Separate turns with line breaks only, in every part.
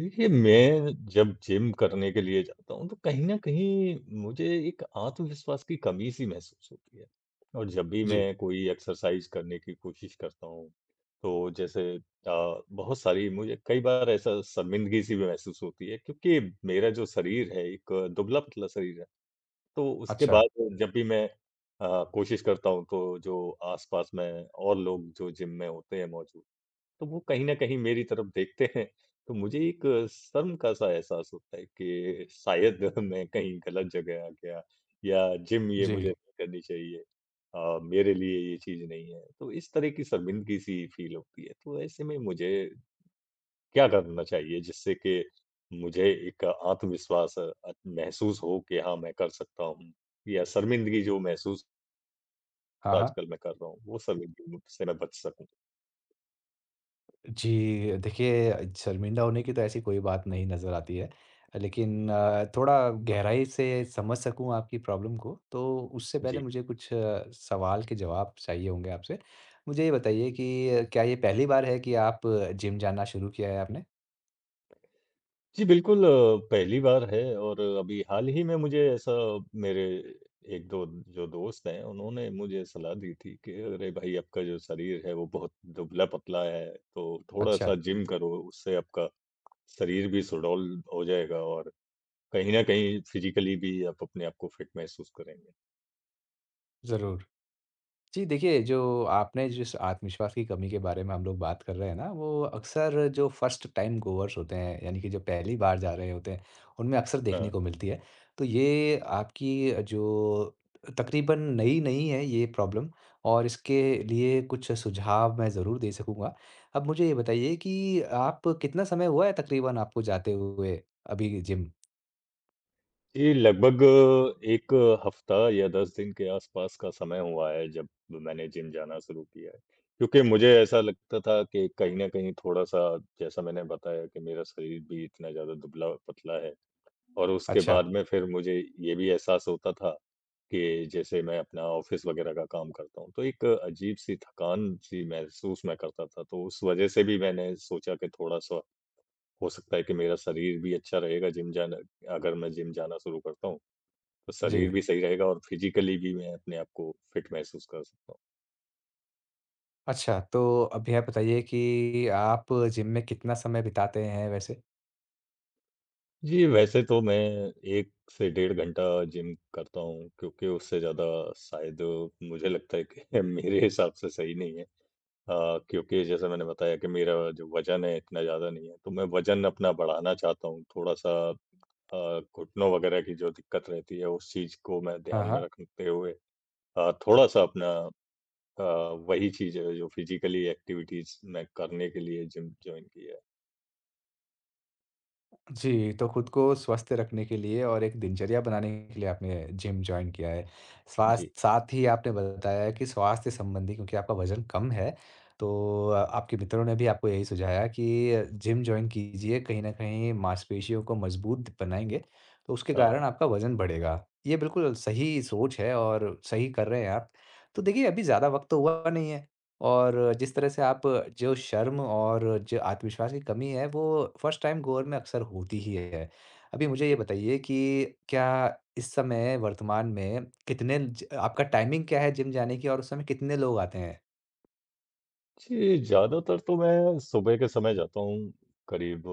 देखिए, मैं जब जिम करने के लिए जाता हूँ, तो कहीं न कहीं मुझे एक आत्मविश्वास की कमी-सी महसूस होती है। और जब भी
जी,
मैं कोई एक्सरसाइज़ करने की कोशिश करता हूँ, तो जैसे बहुत सारी मुझे कई बार ऐसा शर्मिंदगी-सी भी महसूस होती है, क्योंकि मेरा जो शरीर है, एक दुबला-पतला शरीर है। तो उसके
अच्छा,
बाद जब भी मैं कोशिश करता हूँ, तो जो आस-पास में और लोग जो जिम में होते हैं मौजूद, तो वो कहीं न कहीं मेरी तरफ देखते हैं। तो मुझे एक शर्म का सा एहसास होता है कि शायद मैं कहीं गलत जगह आ गया या जिम ये
जी।
मुझे नहीं करनी चाहिए। मेरे लिए ये चीज़ नहीं है, तो इस तरह की शर्मिंदगी-सी फ़ील होती है। तो ऐसे में मुझे क्या करना चाहिए जिससे कि मुझे एक आत्मविश्वास महसूस हो कि हाँ, मैं कर सकता हूँ, या शर्मिंदगी जो महसूस
हाँ, हाँ।
आजकल मैं कर रहा हूँ, वो शर्मिंदगी से मैं बच सकूँ?
जी, देखिए शर्मिंदा होने की तो ऐसी कोई बात नहीं नज़र आती है। लेकिन थोड़ा गहराई से समझ सकूँ आपकी प्रॉब्लम को, तो उससे
जी।
पहले मुझे कुछ सवाल के जवाब चाहिए होंगे आपसे। मुझे ये बताइए कि क्या ये पहली बार है कि आप जिम जाना शुरू किया है आपने?
जी, बिल्कुल पहली बार है, और अभी हाल ही में मुझे ऐसा मेरे 1-2 जो दोस्त हैं, उन्होंने मुझे सलाह दी थी कि अरे भाई! आपका जो शरीर है वो बहुत दुबला-पतला है, तो
अच्छा,
थोड़ा-सा जिम करो, उससे आपका शरीर भी सुडौल हो जाएगा और कहीं न कहीं फिज़िकली भी आप अपने आप को फिट महसूस करेंगे।
ज़रूर। जी, देखिए जो आपने जिस आत्मविश्वास की कमी के बारे में हम लोग बात कर रहे हैं ना, वो अक्सर जो फर्स्ट टाइम गोवर्स होते हैं, यानी कि जो पहली बार जा रहे होते हैं, उनमें अक्सर देखने
हाँ।
को मिलती है। तो ये आपकी जो तकरीबन नई नहीं है ये प्रॉब्लम, और इसके लिए कुछ सुझाव मैं ज़रूर दे सकूँगा। अब मुझे ये बताइए कि आप कितना समय हुआ है तकरीबन आपको जाते हुए अभी जिम?
ये लगभग एक हफ्ता या 10 दिन के आसपास का समय हुआ है, जब मैंने जिम जाना शुरू किया है। क्योंकि मुझे ऐसा लगता था कि कहीं न कहीं थोड़ा-सा, जैसा मैंने बताया कि मेरा शरीर भी इतना ज़्यादा दुबला-पतला है, और उसके
अच्छा,
बाद में फिर मुझे ये भी एहसास होता था कि जैसे मैं अपना ऑफ़िस वग़ैरह का काम करता हूँ, तो एक अजीब-सी थकान-सी महसूस मैं करता था। तो उस वज़ह से भी मैंने सोचा कि थोड़ा-सा हो सकता है कि मेरा शरीर भी अच्छा रहेगा जिम जाना, अगर मैं जिम जाना शुरू करता हूँ। तो
जी।
शरीर भी सही रहेगा और फिजिकली भी मैं अपने आप को फिट महसूस कर सकता हूँ।
अच्छा, तो अब यह बताइए कि आप जिम में कितना समय बिताते हैं वैसे?
जी, वैसे तो मैं 1 से डेढ़ घंटा जिम करता हूँ, क्योंकि उससे ज़्यादा शायद मुझे लगता है कि मेरे हिसाब से सही नहीं है। क्योंकि जैसा मैंने बताया कि मेरा जो वज़न है इतना ज़्यादा नहीं है, तो मैं वज़न अपना बढ़ाना चाहता हूँ। थोड़ा-सा घुटनों वगैरह की जो दिक्कत रहती है उस चीज़ को मैं
हाँ,
ध्यान में
हाँ।
रखते हुए, थोड़ा-सा अपना अ, वही चीज़ है जो फिजिकली एक्टिविटीज़ मैं करने के लिए जिम जॉइन की है।
जी, तो खुद को स्वस्थ रखने के लिए और एक दिनचर्या बनाने के लिए आपने जिम जॉइन किया है।
जी।
स्वास्थ्य, साथ ही आपने बताया कि स्वास्थ्य संबंधी क्योंकि आपका वज़न कम है, तो आपके मित्रों ने भी आपको यही सुझाया कि जिम जॉइन कीजिए, कहीं न कहीं मांसपेशियों को मज़बूत बनाएँगे, तो उसके
हाँ।
कारण आपका वज़न बढ़ेगा। ये बिल्कुल सही सोच है और सही कर रहे हैं आप। तो देखिए, अभी ज़्यादा वक़्त तो हुआ नहीं है। और जिस तरह से आप जो शर्म और जो आत्मविश्वास की कमी है, वो फर्स्ट टाइम गोल में अक्सर होती ही है। अभी मुझे ये
जी।
बताइए कि क्या इस समय वर्तमान में कितने ज आपका टाइमिंग क्या है जिम जाने की, और उस समय कितने लोग आते हैं?
जी, ज़्यादातर तो मैं सुबह के समय जाता हूँ, करीब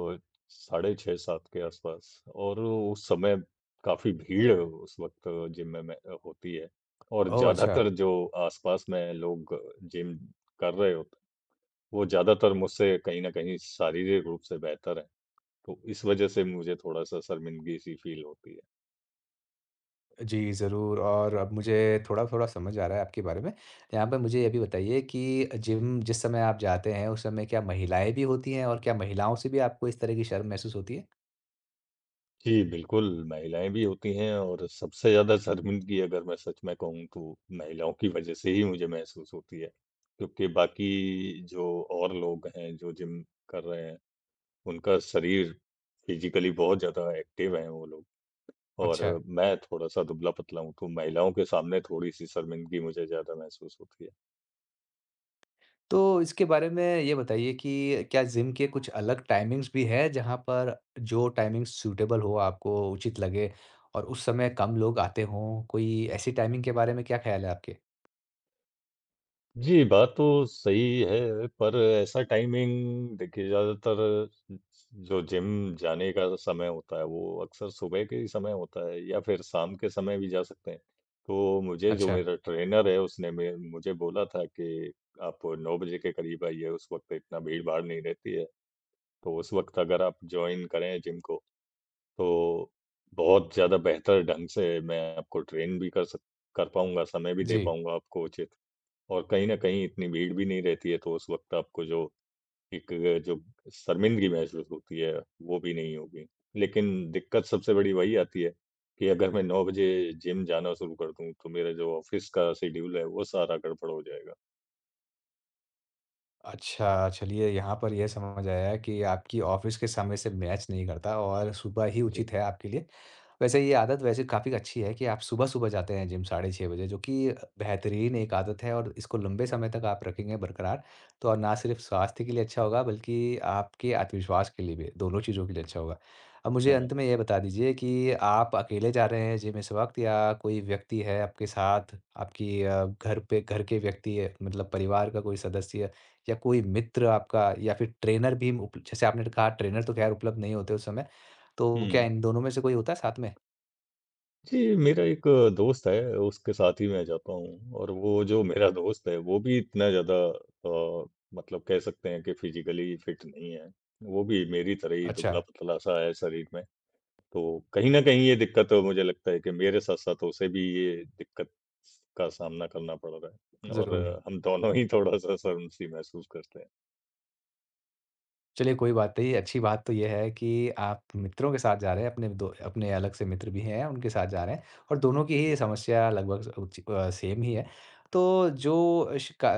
साढ़े 6-7 के आसपास, और उस समय काफ़ी भीड़ उस वक़्त जिम में होती है। और
ओह! अच्छा।
ज़्यादातर जो आसपास में लोग जिम कर रहे होते हैं, वो ज़्यादातर मुझसे कहीं न कहीं शारीरिक रूप से बेहतर हैं। तो इस वज़ह से मुझे थोड़ा-सा शर्मिंदगी-सी फ़ील होती है।
जी, ज़रूर, और अब मुझे थोड़ा-थोड़ा समझ आ रहा है आपके बारे में। यहाँ पे मुझे ये भी बताइए कि जिम जिस समय आप जाते हैं, उस समय क्या महिलाएँ भी होती हैं, और क्या महिलाओं से भी आपको इस तरह की शर्म महसूस होती है?
जी, बिल्कुल, महिलाएँ भी होती हैं, और सबसे ज़्यादा शर्मिंदगी, अगर मैं सच में कहूँ, तो महिलाओं की वजह से ही मुझे महसूस होती है। क्योंकि बाकी जो और लोग हैं जो जिम कर रहे हैं, उनका शरीर फिज़िकली बहुत ज़्यादा एक्टिव हैं वो लोग, और
अच्छा।
मैं थोड़ा-सा दुबला-पतला हूँ, तो महिलाओं के सामने थोड़ी-सी शर्मिंदगी मुझे ज़्यादा महसूस होती है।
तो इसके बारे में ये बताइए कि क्या जिम के कुछ अलग टाइमिंग्स भी हैं, जहाँ पर जो टाइमिंग सूटेबल हो, आपको उचित लगे, और उस समय कम लोग आते हों? कोई ऐसी टाइमिंग के बारे में क्या ख्याल है आपके?
जी, बात तो सही है, पर ऐसा टाइमिंग देखिए ज़्यादातर जो जिम जाने का समय होता है, वो अक्सर सुबह के ही समय होता है, या फिर शाम के समय भी जा सकते हैं। तो मुझे जो
अच्छा,
मेरा ट्रेनर है, उसने मे मुझे बोला था कि आप 9 बजे के करीब आइए, उस वक़्त इतना भीड़-भाड़ नहीं रहती है। तो उस वक़्त अगर आप जॉइन करें जिम को, तो बहुत ज़्यादा बेहतर ढंग से मैं आपको ट्रेन भी कर पाऊँगा, समय भी दे
जी।
पाऊँगा आपको उचित। और कहीं न कहीं इतनी भीड़ भी नहीं रहती है, तो उस वक़्त आपको जो एक जो शर्मिंदगी महसूस होती है, वो भी नहीं होगी। लेकिन दिक्कत सबसे बड़ी वही आती है कि अगर मैं 9 बजे जिम जाना शुरू कर दूँ, तो मेरा जो ऑफ़िस का शेड्यूल है, वो सारा गड़बड़ हो जाएगा।
अच्छा, चलिए यहाँ पर ये समझ आया कि आपकी ऑफ़िस के समय से मैच नहीं करता और सुबह ही
जी।
उचित है आपके लिए। वैसे ये आदत वैसे काफ़ी अच्छी है कि आप सुबह-सुबह जाते हैं जिम 6:30 बजे, जो कि बेहतरीन एक आदत है, और इसको लंबे समय तक आप रखेंगे बरकरार, तो और ना सिर्फ़ स्वास्थ्य के लिए अच्छा होगा, बल्कि आपके आत्मविश्वास के लिए भी, दोनों चीज़ों के लिए अच्छा होगा। अब मुझे
हाँ।
अंत में ये बता दीजिए कि आप अकेले जा रहे हैं जिम इस वक़्त, या कोई व्यक्ति है आपके साथ, आपकी घर के व्यक्ति है, मतलब परिवार का कोई सदस्य? या कोई मित्र आपका, या फिर ट्रेनर भी उप जैसे आपने कहा ट्रेनर तो ख़ैर उपलब्ध नहीं होते उस समय, तो क्या
हुँ।
इन दोनों में से कोई होता है साथ में?
जी, मेरा एक दोस्त है, उसके साथ ही मैं जाता हूँ, और वो जो मेरा दोस्त है, वो भी इतना ज़्यादा अ, मतलब कह सकते हैं कि फ़िज़िकली फ़िट नहीं है। वो भी मेरी तरह ही
अच्छा,
दुबला-पतला सा है शरीर में। तो कहीं न कहीं ये दिक्कत, मुझे लगता है कि मेरे साथ-साथ उसे भी ये दिक्कत का सामना करना पड़ रहा है, और
ज़रूर।
हम दोनों ही थोड़ा-सा शर्म-सी महसूस करते हैं।
चलिए कोई बात नहीं, अच्छी बात तो ये है कि आप मित्रों के साथ जा रहे हैं, अपने अलग से मित्र भी हैं, उनके साथ जा रहे हैं, और दोनों की ही
जी।
समस्या लगभग सेम ही है। तो जो शिका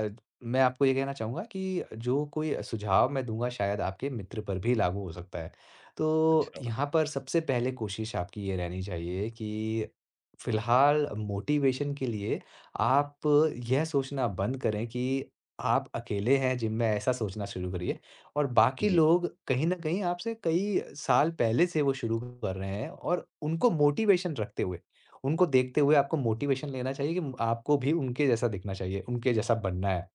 मैं आपको ये कहना चाहूँगा कि जो कोई सुझाव मैं दूँगा शायद आपके मित्र पर भी लागू हो सकता है। तो
अच्छा।
यहाँ पर सबसे पहले कोशिश आपकी ये रहनी चाहिए कि फिलहाल मोटिवेशन के लिए आप यह सोचना बंद करें कि आप अकेले हैं जिम में, ऐसा सोचना शुरू करिए। और बाकी
जी।
लोग कहीं न कहीं आपसे कई साल पहले से वो शुरू कर रहे हैं, और उनको मोटिवेशन रखते हुए, उनको देखते हुए आपको मोटिवेशन लेना चाहिए कि आपको भी उनके जैसा दिखना चाहिए, उनके जैसा बनना है।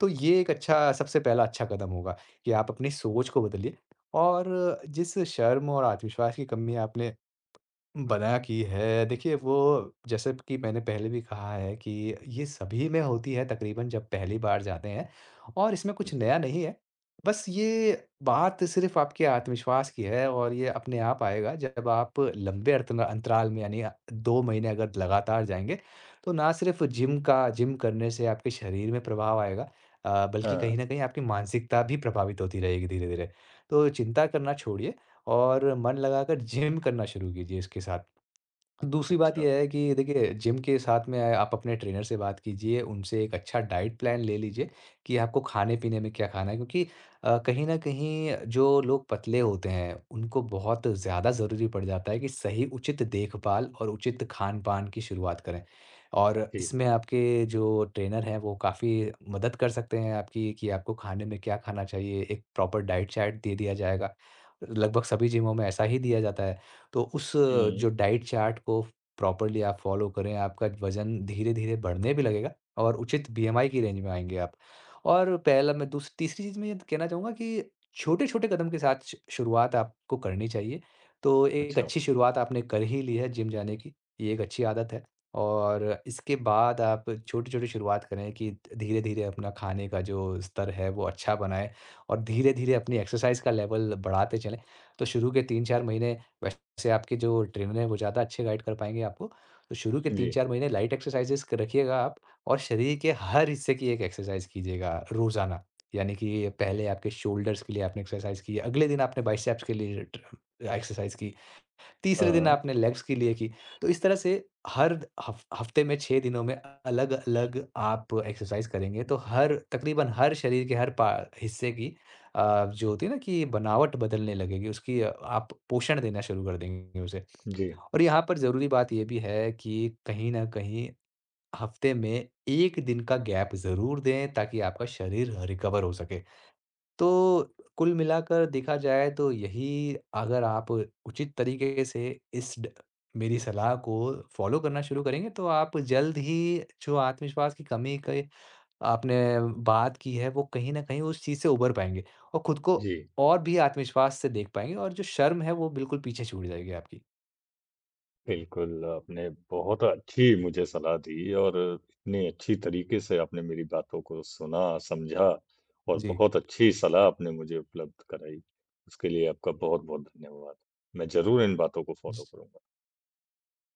तो ये एक अच्छा, सबसे पहला अच्छा कदम होगा कि आप अपनी सोच को बदलिए, और जिस शर्म और आत्मविश्वास की कमी आपने बना की है, देखिए वो, जैसे कि मैंने पहले भी कहा है कि ये सभी में होती है तकरीबन जब पहली बार जाते हैं, और इसमें कुछ
जी।
नया नहीं है। बस ये बात सिर्फ़ आपके आत्मविश्वास की है, और ये अपने आप आएगा जब आप लंबे अर्तना अंतराल में, यानी 2 महीने अगर लगातार जाएँगे, तो ना सिर्फ़ जिम करने से आपके शरीर में प्रभाव आएगा, बल्कि
हाँ।
कहीं न कहीं आपकी मानसिकता भी प्रभावित होती रहेगी धीरे-धीरे। तो चिंता करना छोड़िए, और मन लगाकर जिम करना शुरू कीजिए इसके साथ। दूसरी बात
अच्छा।
ये है कि देखिए जिम के साथ में आप अपने ट्रेनर से बात कीजिए, उनसे एक अच्छा डाइट प्लान ले लीजिए कि आपको खाने-पीने में क्या खाना है, क्योंकि कहीं न कहीं जो लोग पतले होते हैं, उनको बहुत ज़्यादा ज़रूरी पड़ जाता है कि सही, उचित देखभाल और उचित खान-पान की शुरुआत करें। और
जी।
इसमें आपके जो ट्रेनर हैं वो काफ़ी मदद कर सकते हैं आपकी कि आपको खाने में क्या खाना चाहिए, एक प्रॉपर डाइट चार्ट दे दिया जाएगा। लगभग सभी जिमों में ऐसा ही दिया जाता है। तो उस
हुँ।
जो डाइट चार्ट को प्रॉपरली आप फ़ॉलो करें, आपका वज़न धीरे-धीरे बढ़ने भी लगेगा, और उचित बीएमआई की रेंज में आएँगे आप। और पहला मैं दूस तीसरी चीज़ मैं ये कहना चाहूँगा कि छोटे-छोटे कदम के साथ श शुरुआत आपको करनी चाहिए। तो एक
अच्छा।
अच्छी शुरुआत आपने कर ही ली है जिम जाने की, ये एक अच्छी आदत है। और इसके बाद आप छोटी-छोटी शुरुआत करें कि धीरे-धीरे अपना खाने का जो स्तर है वो अच्छा बनाएँ, और धीरे-धीरे अपनी एक्सरसाइज़ का लेवल बढ़ाते चलें। तो शुरू के 3-4 महीने वैसे से आपके जो ट्रेनर हैं वो ज़्यादा अच्छे गाइड कर पाएँगे आपको। तो शुरू के
जी।
3-4 महीने लाइट एक्सरसाइज़ेज़ क रखिएगा आप, और शरीर के हर हिस्से की एक एक्सरसाइज़ कीजिएगा रोज़ाना। यानी कि पहले आपके शोल्डर्स के लिए आपने एक्सरसाइज़ की, अगले दिन आपने बाइसेप्स के लिए ट एक्सरसाइज़ की।
हाँ,
तीसरे दिन
हाँ।
आपने लेग्स के लिए की। तो इस तरह से हर हफ हफ्ते में 6 दिनों में अलग-अलग आप एक्सरसाइज़ करेंगे, तो हर तकरीबन हर शरीर के हर पा हिस्से की, जो होती है ना कि बनावट, बदलने लगेगी, उसकी आप पोषण देना शुरू कर देंगे उसे।
जी।
और यहाँ पर ज़रूरी बात ये भी है कि कहीं न कहीं हफ्ते में 1 दिन का गैप ज़रूर दें ताकि आपका शरीर रिकवर हो सके। तो कुल मिलाकर देखा जाए तो यही, अगर आप उचित तरीके से इस ड मेरी सलाह को फ़ॉलो करना शुरू करेंगे, तो आप जल्द ही जो आत्मविश्वास की कमी के आपने बात की है, वो कहीं न कहीं उस चीज़ से उभर पाएँगे, और खुद को
जी।
और भी आत्मविश्वास से देख पाएँगे, और जो शर्म है वो बिल्कुल पीछे छूट जाएगी आपकी।
बिल्कुल, आपने बहुत अच्छी मुझे सलाह दी, और इतने अच्छी तरीके से आपने मेरी बातों को सुना, समझा, और
जी।
बहुत अच्छी सलाह आपने मुझे उपलब्ध कराई। उसके लिए आपका बहुत-बहुत धन्यवाद। मैं ज़रूर इन बातों को फ़ॉलो
ज
करूँगा।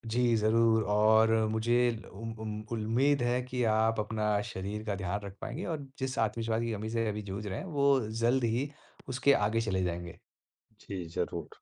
जी, ज़रूर, और मुझे उम्मीद है कि आप अपना शरीर का ध्यान रख पाएँगे, और जिस आत्मविश्वास की कमी से अभी जूझ रहे हैं, वो जल्द ही उसके आगे चले जाएँगे।
जी, ज़रूर।